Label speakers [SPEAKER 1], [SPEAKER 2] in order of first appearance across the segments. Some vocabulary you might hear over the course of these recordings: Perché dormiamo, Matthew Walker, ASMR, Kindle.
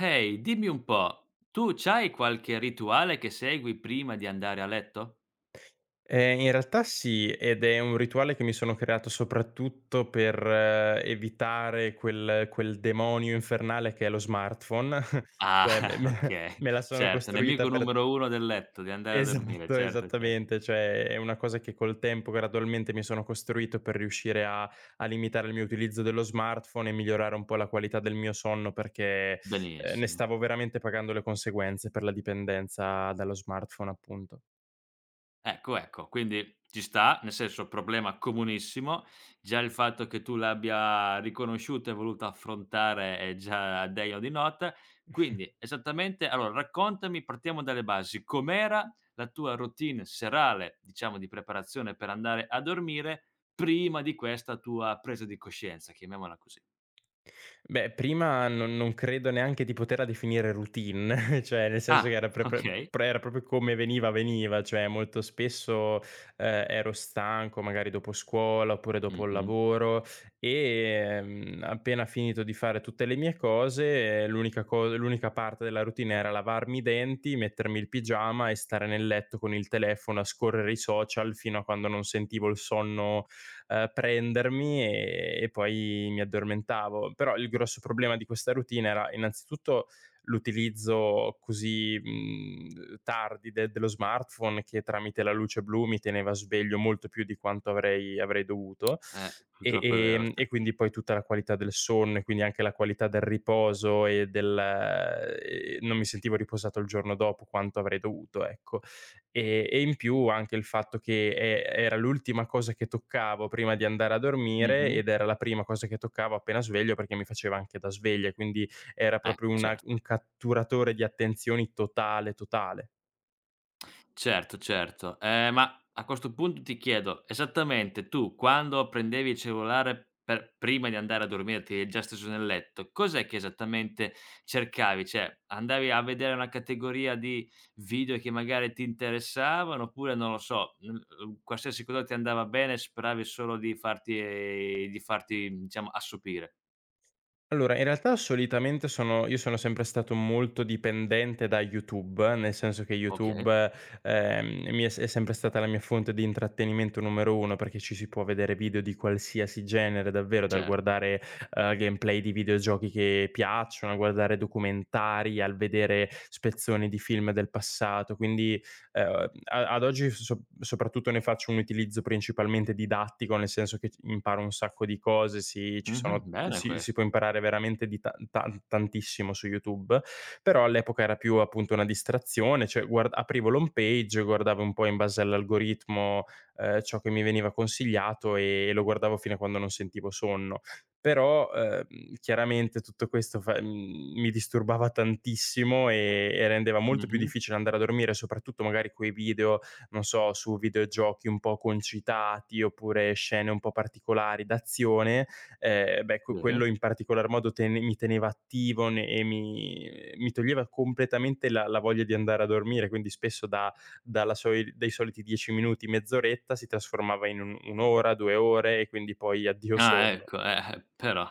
[SPEAKER 1] Ehi, dimmi un po', tu c'hai qualche rituale che segui prima di andare a letto?
[SPEAKER 2] In realtà sì, ed è un rituale che mi sono creato soprattutto per evitare quel demonio infernale che è lo smartphone.
[SPEAKER 1] Ah,
[SPEAKER 2] cioè me me
[SPEAKER 1] okay,
[SPEAKER 2] me la sono
[SPEAKER 1] certo, nemico
[SPEAKER 2] costruita per
[SPEAKER 1] numero uno del letto, di andare a dormire,
[SPEAKER 2] esatto,
[SPEAKER 1] certo. cer
[SPEAKER 2] esattamente, cioè è una cosa che col tempo gradualmente mi sono costruito per riuscire a limitare il mio utilizzo dello smartphone e migliorare un po' la qualità del mio sonno perché, ne
[SPEAKER 1] Benissimo.
[SPEAKER 2] stavo veramente pagando le conseguenze per la dipendenza dallo smartphone, appunto.
[SPEAKER 1] Ecco, ecco, quindi ci sta, nel senso problema comunissimo. Già il fatto che tu l'abbia riconosciuto e voluto affrontare è già degno di nota. Quindi esattamente allora raccontami, partiamo dalle basi, com'era la tua routine serale, diciamo di preparazione per andare a dormire prima di questa tua presa di coscienza, chiamiamola così.
[SPEAKER 2] Beh, prima non credo neanche di poterla definire routine, cioè nel senso che
[SPEAKER 1] Ah,
[SPEAKER 2] era pre pre
[SPEAKER 1] okay.
[SPEAKER 2] pre era proprio come veniva, cioè molto spesso, ero stanco magari dopo scuola, oppure dopo il
[SPEAKER 1] Mh-mh.
[SPEAKER 2] lavoro, appena finito di fare tutte le mie cose, l'unica co l'unica parte della routine era lavarmi i denti, mettermi il pigiama e stare nel letto con il telefono a scorrere i social fino a quando non sentivo il sonno prendermi e poi mi addormentavo. Però il grosso problema di questa routine era innanzitutto l'utilizzo così, tardi de dello smartphone che tramite la luce blu mi teneva sveglio molto più di quanto avrei dovuto
[SPEAKER 1] Purtroppo è vero, sì.
[SPEAKER 2] e quindi poi tutta la qualità del sonno e quindi anche la qualità del riposo e del non mi sentivo riposato il giorno dopo quanto avrei dovuto, ecco. E in più anche il fatto che era l'ultima cosa che toccavo prima di andare a dormire
[SPEAKER 1] Mh-mh.
[SPEAKER 2] ed era la prima cosa che toccavo appena sveglio, perché mi faceva anche da sveglia, quindi era proprio
[SPEAKER 1] Ecco,
[SPEAKER 2] una un catturatore di attenzioni totale, totale.
[SPEAKER 1] certo, certo. Ma a questo punto ti chiedo, esattamente tu quando prendevi il cellulare per prima di andare a dormire, ti eri già steso nel letto, cos'è che esattamente cercavi? Cioè, andavi a vedere una categoria di video che magari ti interessavano oppure, non lo so, n qualsiasi cosa ti andava bene, speravi solo di farti, diciamo, assopire.
[SPEAKER 2] Allora, in realtà solitamente sono sempre stato molto dipendente da YouTube, nel senso che
[SPEAKER 1] Okay,
[SPEAKER 2] YouTube, mi è sempre stata la mia fonte di intrattenimento numero 1, perché ci si può vedere video di qualsiasi genere davvero, dal
[SPEAKER 1] certo.
[SPEAKER 2] guardare, gameplay di videogiochi che piacciono, a guardare documentari, al vedere spezzoni di film del passato. Quindi, a ad oggi soprattutto ne faccio un utilizzo principalmente didattico, nel senso che c imparo un sacco di cose, ci
[SPEAKER 1] Mh-mh,
[SPEAKER 2] sono
[SPEAKER 1] bene
[SPEAKER 2] si
[SPEAKER 1] questo.
[SPEAKER 2] può imparare veramente di ta tan tantissimo su YouTube, però all'epoca era più appunto una distrazione, cioè guard aprivo l'home page, guardavo un po' in base all'algoritmo, ciò che mi veniva consigliato e lo guardavo fino a quando non sentivo sonno. Però, chiaramente tutto questo mi disturbava tantissimo e rendeva molto più
[SPEAKER 1] Mh-mh,
[SPEAKER 2] difficile andare a dormire, soprattutto magari quei video, non so, su videogiochi un po' concitati oppure scene un po' particolari d'azione, beh,
[SPEAKER 1] sì.
[SPEAKER 2] quello in particolar modo tene mi teneva attivo ne e mi toglieva completamente la voglia di andare a dormire, quindi spesso da dalla soli dai soliti 10 minuti, mezz'oretta si trasformava in un 1 ora, 2 ore e quindi poi addio
[SPEAKER 1] Ah
[SPEAKER 2] sonno.
[SPEAKER 1] ecco, però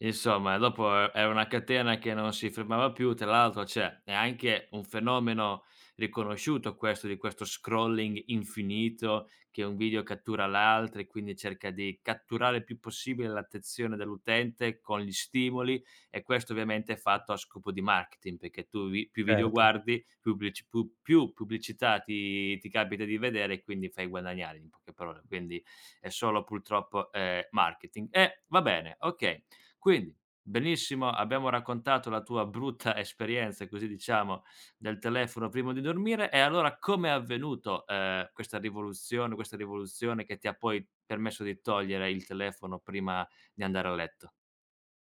[SPEAKER 1] insomma dopo è una catena che non si fermava più, tra l'altro cioè è anche un fenomeno riconosciuto questo di questo scrolling infinito, che un video cattura l'altro e quindi cerca di catturare il più possibile l'attenzione dell'utente con gli stimoli, e questo ovviamente è fatto a scopo di marketing, perché tu vi più video
[SPEAKER 2] Certo.
[SPEAKER 1] guardi, più plici pu più pubblicità ti capita di vedere e quindi fai guadagnare in poche parole, quindi è solo purtroppo, marketing. Va bene, okay. Quindi, benissimo, abbiamo raccontato la tua brutta esperienza, così diciamo, del telefono prima di dormire, e allora com'è avvenuto, questa rivoluzione che ti ha poi permesso di togliere il telefono prima di andare a letto?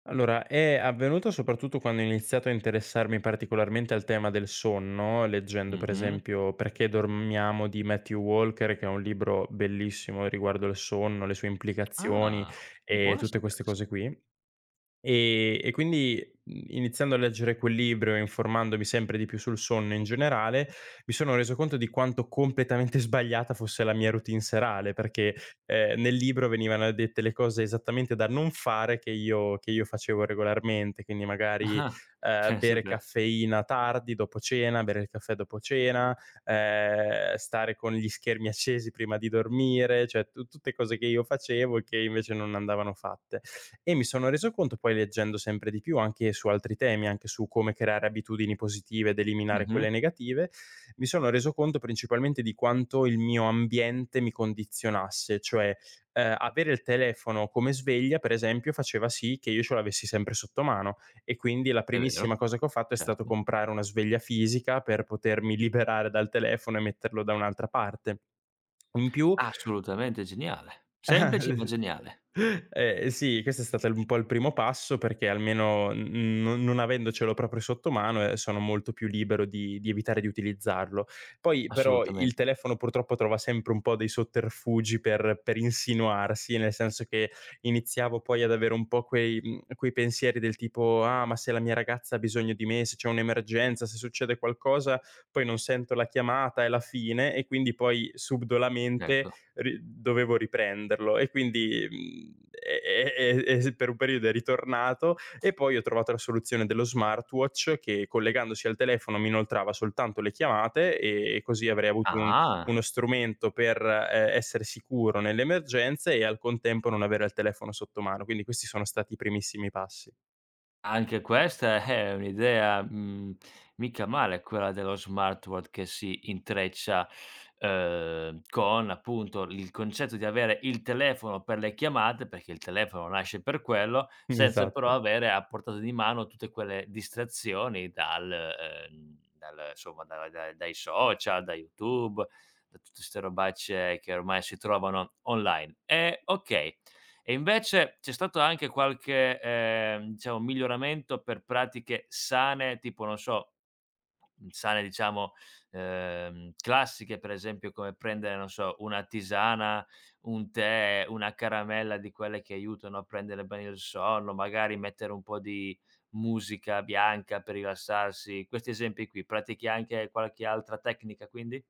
[SPEAKER 2] Allora, è avvenuto soprattutto quando ho iniziato a interessarmi particolarmente al tema del sonno, leggendo per
[SPEAKER 1] Mh-mh.
[SPEAKER 2] esempio Perché dormiamo di Matthew Walker, che è un libro bellissimo riguardo il sonno, le sue implicazioni
[SPEAKER 1] Ah,
[SPEAKER 2] e
[SPEAKER 1] buono a
[SPEAKER 2] tutte queste
[SPEAKER 1] sapersi.
[SPEAKER 2] cose qui. E quindi, iniziando a leggere quel libro e informandomi sempre di più sul sonno in generale, mi sono reso conto di quanto completamente sbagliata fosse la mia routine serale, perché, nel libro venivano dette le cose esattamente da non fare che io facevo regolarmente, quindi magari,
[SPEAKER 1] Ah, pensa
[SPEAKER 2] bere
[SPEAKER 1] te.
[SPEAKER 2] caffeina tardi, dopo cena, bere il caffè dopo cena, stare con gli schermi accesi prima di dormire, cioè tu tutte cose che io facevo e che invece non andavano fatte. E mi sono reso conto poi leggendo sempre di più anche su altri temi, anche su come creare abitudini positive ed eliminare
[SPEAKER 1] Mh-mh.
[SPEAKER 2] quelle negative, mi sono reso conto principalmente di quanto il mio ambiente mi condizionasse, cioè, avere il telefono come sveglia per esempio faceva sì che io ce l'avessi sempre sotto mano e quindi la
[SPEAKER 1] È
[SPEAKER 2] primissima
[SPEAKER 1] vero,
[SPEAKER 2] cosa che ho fatto è stato
[SPEAKER 1] certo.
[SPEAKER 2] comprare una sveglia fisica per potermi liberare dal telefono e metterlo da un'altra parte. In più
[SPEAKER 1] Assolutamente geniale. Semplice ma geniale.
[SPEAKER 2] Sì, questo è stato il un po' il primo passo perché almeno n non avendocelo proprio sotto mano, sono molto più libero di evitare di utilizzarlo. Poi però il
[SPEAKER 1] Assolutamente.
[SPEAKER 2] telefono purtroppo trova sempre un po' dei sotterfugi per insinuarsi, nel senso che iniziavo poi ad avere un po' quei pensieri del tipo: "Ah, ma se la mia ragazza ha bisogno di me, se c'è un'emergenza, se succede qualcosa, poi non sento la chiamata, è la fine." E quindi poi subdolamente
[SPEAKER 1] Ecco.
[SPEAKER 2] ri dovevo riprenderlo e quindi, e s per un periodo è ritornato e poi ho trovato la soluzione dello smartwatch che collegandosi al telefono mi inoltrava soltanto le chiamate e così avrei avuto un
[SPEAKER 1] Ah,
[SPEAKER 2] uno strumento per, essere sicuro nelle emergenze e al contempo non avere il telefono sotto mano. Quindi questi sono stati i primissimi passi.
[SPEAKER 1] anche questa è un'idea, mica male quella dello smartwatch che si intreccia, con appunto il concetto di avere il telefono per le chiamate, perché il telefono nasce per quello, senza però
[SPEAKER 2] Esatto.
[SPEAKER 1] avere a portata di mano tutte quelle distrazioni dal dal insomma da da dai social, da YouTube, da tutte 'ste robacce che ormai si trovano online. E okay. E invece c'è stato anche qualche, diciamo, miglioramento per pratiche sane, tipo non so, sane diciamo, classiche, per esempio come prendere, non so, una tisana, un tè, una caramella di quelle che aiutano a prendere bene il sonno, magari mettere un po' di musica bianca per rilassarsi. Questi esempi qui, pratichi anche qualche altra tecnica quindi?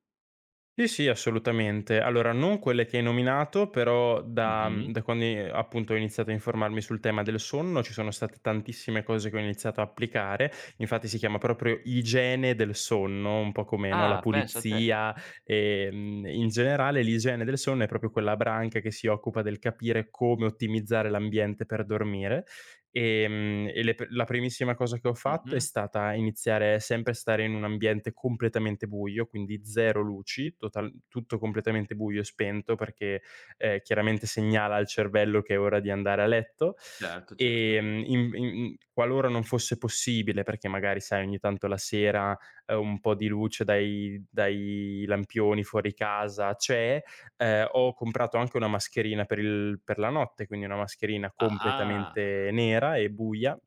[SPEAKER 2] Sì, sì, assolutamente. Allora, non quelle che hai nominato, però
[SPEAKER 1] Mh-mh.
[SPEAKER 2] da quando i appunto ho iniziato a informarmi sul tema del sonno, ci sono state tantissime cose che ho iniziato a applicare. Infatti si chiama proprio igiene del sonno, un po' come, no, la
[SPEAKER 1] Ah, pensa te.
[SPEAKER 2] pulizia, in generale l'igiene del sonno è proprio quella branca che si occupa del capire come ottimizzare l'ambiente per dormire. E le p la primissima cosa che ho fatto è
[SPEAKER 1] Mh-mh.
[SPEAKER 2] stata iniziare sempre a stare in un ambiente completamente buio, quindi 0 luci, total tutto completamente buio e spento perché, chiaramente segnala al cervello che è ora di andare a letto.
[SPEAKER 1] Certo, certo.
[SPEAKER 2] In in qualora non fosse possibile, perché magari sai ogni tanto la sera, un po' di luce dai lampioni fuori casa c'è. Ho comprato anche una mascherina per il per la notte, quindi una mascherina
[SPEAKER 1] Ah-ah,
[SPEAKER 2] completamente nera e buia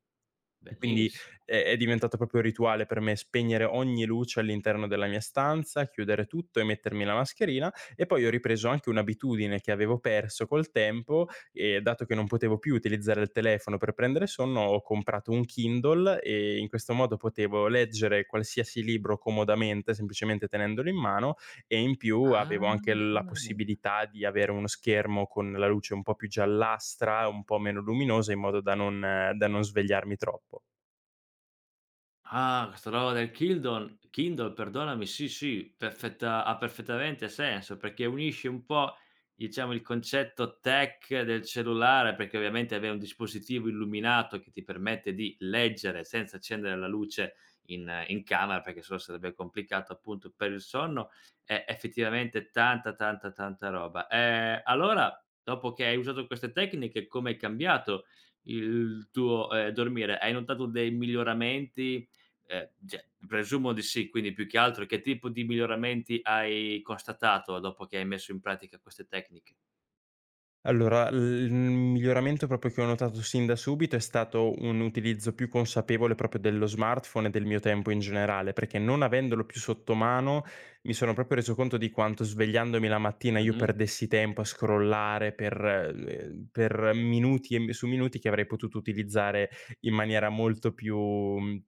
[SPEAKER 2] e quindi
[SPEAKER 1] bellissi
[SPEAKER 2] è diventato proprio un rituale per me spegnere ogni luce all'interno della mia stanza, chiudere tutto e mettermi la mascherina e poi ho ripreso anche un'abitudine che avevo perso col tempo e dato che non potevo più utilizzare il telefono per prendere sonno, ho comprato un Kindle e in questo modo potevo leggere qualsiasi libro comodamente, semplicemente tenendolo in mano e in più avevo anche la
[SPEAKER 1] ah-ah.
[SPEAKER 2] possibilità di avere uno schermo con la luce un po' più giallastra, un po' meno luminosa in modo da non svegliarmi troppo.
[SPEAKER 1] Ah, questa roba del Kildon Kindle, perdonami, sì, sì, perfettamente senso, perché unisce un po', diciamo, il concetto tech del cellulare, perché ovviamente avere un dispositivo illuminato che ti permette di leggere senza accendere la luce in camera, perché sennò sarebbe complicato appunto per il sonno, è effettivamente tanta, tanta, tanta roba. Allora, dopo che hai usato queste tecniche, com'è cambiato il tuo, dormire? Hai notato dei miglioramenti? Cioè, presumo di sì, quindi più che altro, che tipo di miglioramenti hai constatato dopo che hai messo in pratica queste tecniche?
[SPEAKER 2] Allora, l il miglioramento proprio che ho notato sin da subito è stato un utilizzo più consapevole proprio dello smartphone e del mio tempo in generale, perché non avendolo più sotto mano, mi sono proprio reso conto di quanto svegliandomi la mattina io
[SPEAKER 1] Mh-mh,
[SPEAKER 2] perdessi tempo a scrollare per minuti e mi su minuti che avrei potuto utilizzare in maniera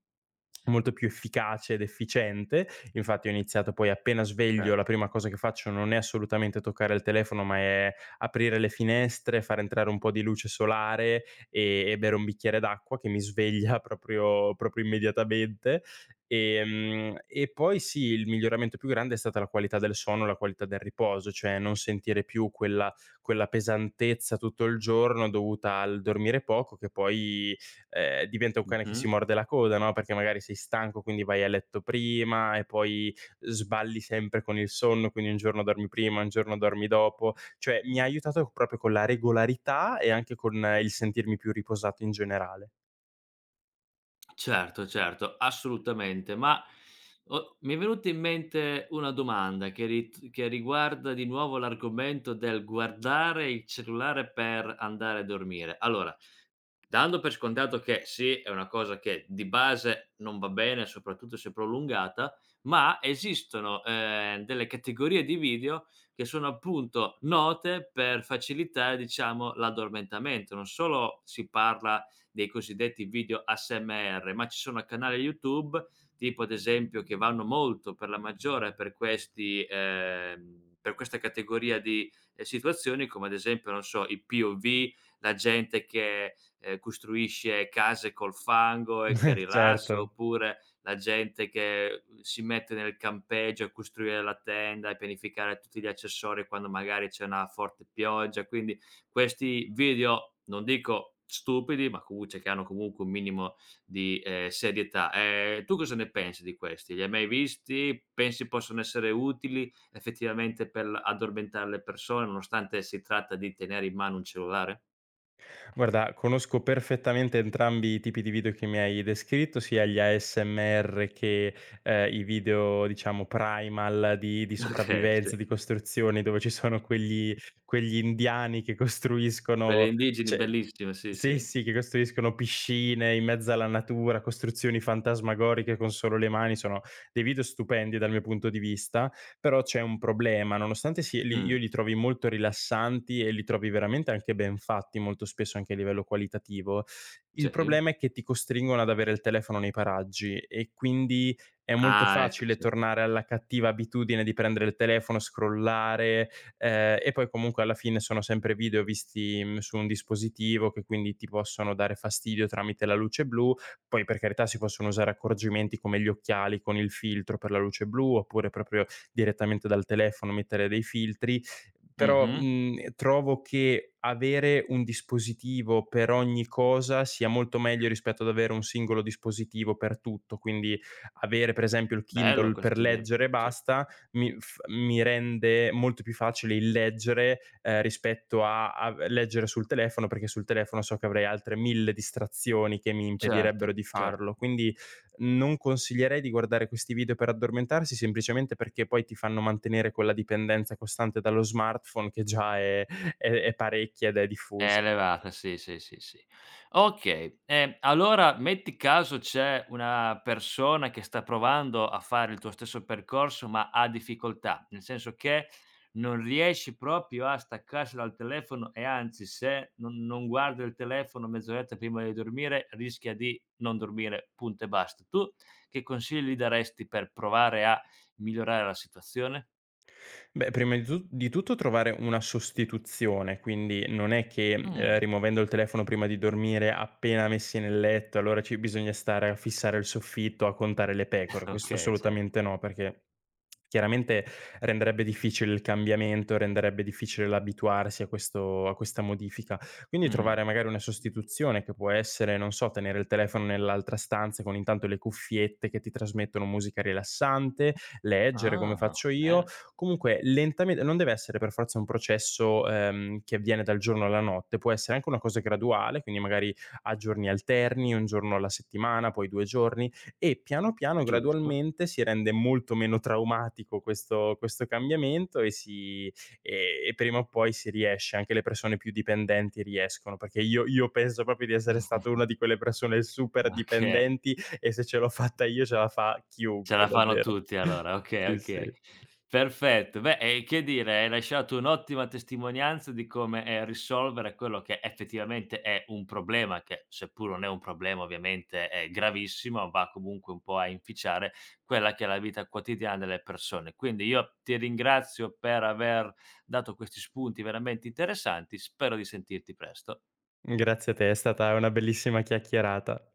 [SPEAKER 2] molto più efficace ed efficiente. Infatti ho iniziato poi appena sveglio, la
[SPEAKER 1] certo.
[SPEAKER 2] prima cosa che faccio non è assolutamente toccare il telefono, ma è aprire le finestre, far entrare un po' di luce solare e bere un bicchiere d'acqua che mi sveglia proprio immediatamente. E poi sì, il miglioramento più grande è stata la qualità del sonno, la qualità del riposo, cioè non sentire più quella pesantezza tutto il giorno dovuta al dormire poco che poi, diventa un cane che si
[SPEAKER 1] Mh-mh.
[SPEAKER 2] morde la coda, no, perché magari sei stanco, quindi vai a letto prima e poi sballi sempre con il sonno, quindi un giorno dormi prima, un giorno dormi dopo. Cioè mi ha aiutato proprio con la regolarità e anche con il sentirmi più riposato in generale.
[SPEAKER 1] Certo, certo, assolutamente. Ma o mi è venuta in mente una domanda che riguarda di nuovo l'argomento del guardare il cellulare per andare a dormire. Allora, dando per scontato che sì, è una cosa che di base non va bene, soprattutto se prolungata, ma esistono, delle categorie di video che sono appunto note per facilitare, diciamo, l'addormentamento. Non solo si parla dei cosiddetti video ASMR, ma ci sono canali YouTube, tipo, ad esempio, che vanno molto per la maggiore per questi per questa categoria di, situazioni, come ad esempio, non so, i POV, la gente che costruisce case col fango e che rilassa,
[SPEAKER 2] Certo.
[SPEAKER 1] oppure la gente che si mette nel campeggio a costruire la tenda e pianificare tutti gli accessori quando magari c'è una forte pioggia. Quindi questi video, non dico stupidi, ma comu cioè, che hanno comunque un minimo di, serietà. Tu cosa ne pensi di questi? Li hai mai visti? Pensi possano essere utili effettivamente per l addormentare le persone, nonostante si tratta di tenere in mano un cellulare?
[SPEAKER 2] Guarda, conosco perfettamente entrambi i tipi di video che mi hai descritto, sia gli ASMR che, i video diciamo primal di
[SPEAKER 1] Okay, sì.
[SPEAKER 2] sopravvivenza, di costruzioni, dove ci sono quegli indiani che
[SPEAKER 1] Quelle
[SPEAKER 2] costruiscono,
[SPEAKER 1] indigeni
[SPEAKER 2] cioè
[SPEAKER 1] bellissime, sì, sì.
[SPEAKER 2] sì, sì, che costruiscono piscine in mezzo alla natura, costruzioni fantasmagoriche con solo le mani, sono dei video stupendi dal mio punto di vista, però c'è un problema, nonostante li io
[SPEAKER 1] Mh,
[SPEAKER 2] li trovi molto rilassanti e li trovi veramente anche ben fatti, molto spesso anche a livello qualitativo, il
[SPEAKER 1] sì.
[SPEAKER 2] problema è che ti costringono ad avere il telefono nei paraggi e quindi è molto
[SPEAKER 1] Ah, ecco,
[SPEAKER 2] facile
[SPEAKER 1] sì.
[SPEAKER 2] tornare alla cattiva abitudine di prendere il telefono, scrollare. E poi comunque alla fine sono sempre video visti, su un dispositivo che quindi ti possono dare fastidio tramite la luce blu. Poi per carità si possono usare accorgimenti come gli occhiali con il filtro per la luce blu, oppure proprio direttamente dal telefono mettere dei filtri, però,
[SPEAKER 1] Mh-mh.
[SPEAKER 2] trovo che avere un dispositivo per ogni cosa sia molto meglio rispetto ad avere un singolo dispositivo per tutto. Quindi avere per esempio il
[SPEAKER 1] Bello
[SPEAKER 2] Kindle per
[SPEAKER 1] questo genere,
[SPEAKER 2] leggere e
[SPEAKER 1] sì.
[SPEAKER 2] basta, mi rende molto più facile il leggere, rispetto a leggere sul telefono, perché sul telefono so che avrei altre 1000 distrazioni che mi
[SPEAKER 1] Certo.
[SPEAKER 2] impedirebbero di
[SPEAKER 1] cer
[SPEAKER 2] farlo. Quindi non consiglierei di guardare questi video per addormentarsi, semplicemente perché poi ti fanno mantenere quella dipendenza costante dallo smartphone che già è parecchia ed è
[SPEAKER 1] È
[SPEAKER 2] diffusa.
[SPEAKER 1] elevata, sì, sì, sì, sì. Okay, allora metti caso c'è una persona che sta provando a fare il tuo stesso percorso, ma ha difficoltà, nel senso che non riesci proprio a staccarsi dal telefono, e anzi, se non guardi il telefono mezz'oretta prima di dormire, rischia di non dormire, punto e basta. Tu che consigli gli daresti per provare a migliorare la situazione?
[SPEAKER 2] Beh, prima di tutto trovare una sostituzione, quindi non è che,
[SPEAKER 1] Mh,
[SPEAKER 2] rimuovendo il telefono prima di dormire, appena messi nel letto, allora ci bisogna stare a fissare il soffitto, a contare le pecore, questo
[SPEAKER 1] okay, certo.
[SPEAKER 2] assolutamente no, perché chiaramente renderebbe difficile il cambiamento, renderebbe difficile l'abituarsi a questo a questa modifica. Quindi
[SPEAKER 1] Mh.
[SPEAKER 2] trovare magari una sostituzione che può essere, non so, tenere il telefono nell'altra stanza con intanto le cuffiette che ti trasmettono musica rilassante, leggere come
[SPEAKER 1] Ah,
[SPEAKER 2] faccio io.
[SPEAKER 1] bene,
[SPEAKER 2] Comunque lentamente non deve essere per forza un processo, che avviene dal giorno alla notte, può essere anche una cosa graduale, quindi magari a giorni alterni, 1 giorno alla settimana, poi 2 giorni e piano, piano,
[SPEAKER 1] giusto.
[SPEAKER 2] gradualmente si rende molto meno traumatico questo cambiamento e e prima o poi si riesce, anche le persone più dipendenti riescono, perché io penso proprio di essere stato una di quelle persone super
[SPEAKER 1] Okay,
[SPEAKER 2] dipendenti e se ce l'ho fatta io ce la fa
[SPEAKER 1] ce
[SPEAKER 2] chiunque
[SPEAKER 1] la fanno
[SPEAKER 2] davvero.
[SPEAKER 1] tutti allora, okay,
[SPEAKER 2] Sì,
[SPEAKER 1] okay.
[SPEAKER 2] sì.
[SPEAKER 1] Perfetto. Beh, e che dire, hai lasciato un'ottima testimonianza di come, risolvere quello che effettivamente è un problema, che seppur non è un problema ovviamente è gravissimo, va comunque un po' a inficiare quella che è la vita quotidiana delle persone. Quindi io ti ringrazio per aver dato questi spunti veramente interessanti, spero di sentirti presto.
[SPEAKER 2] Grazie a te, è stata una bellissima chiacchierata.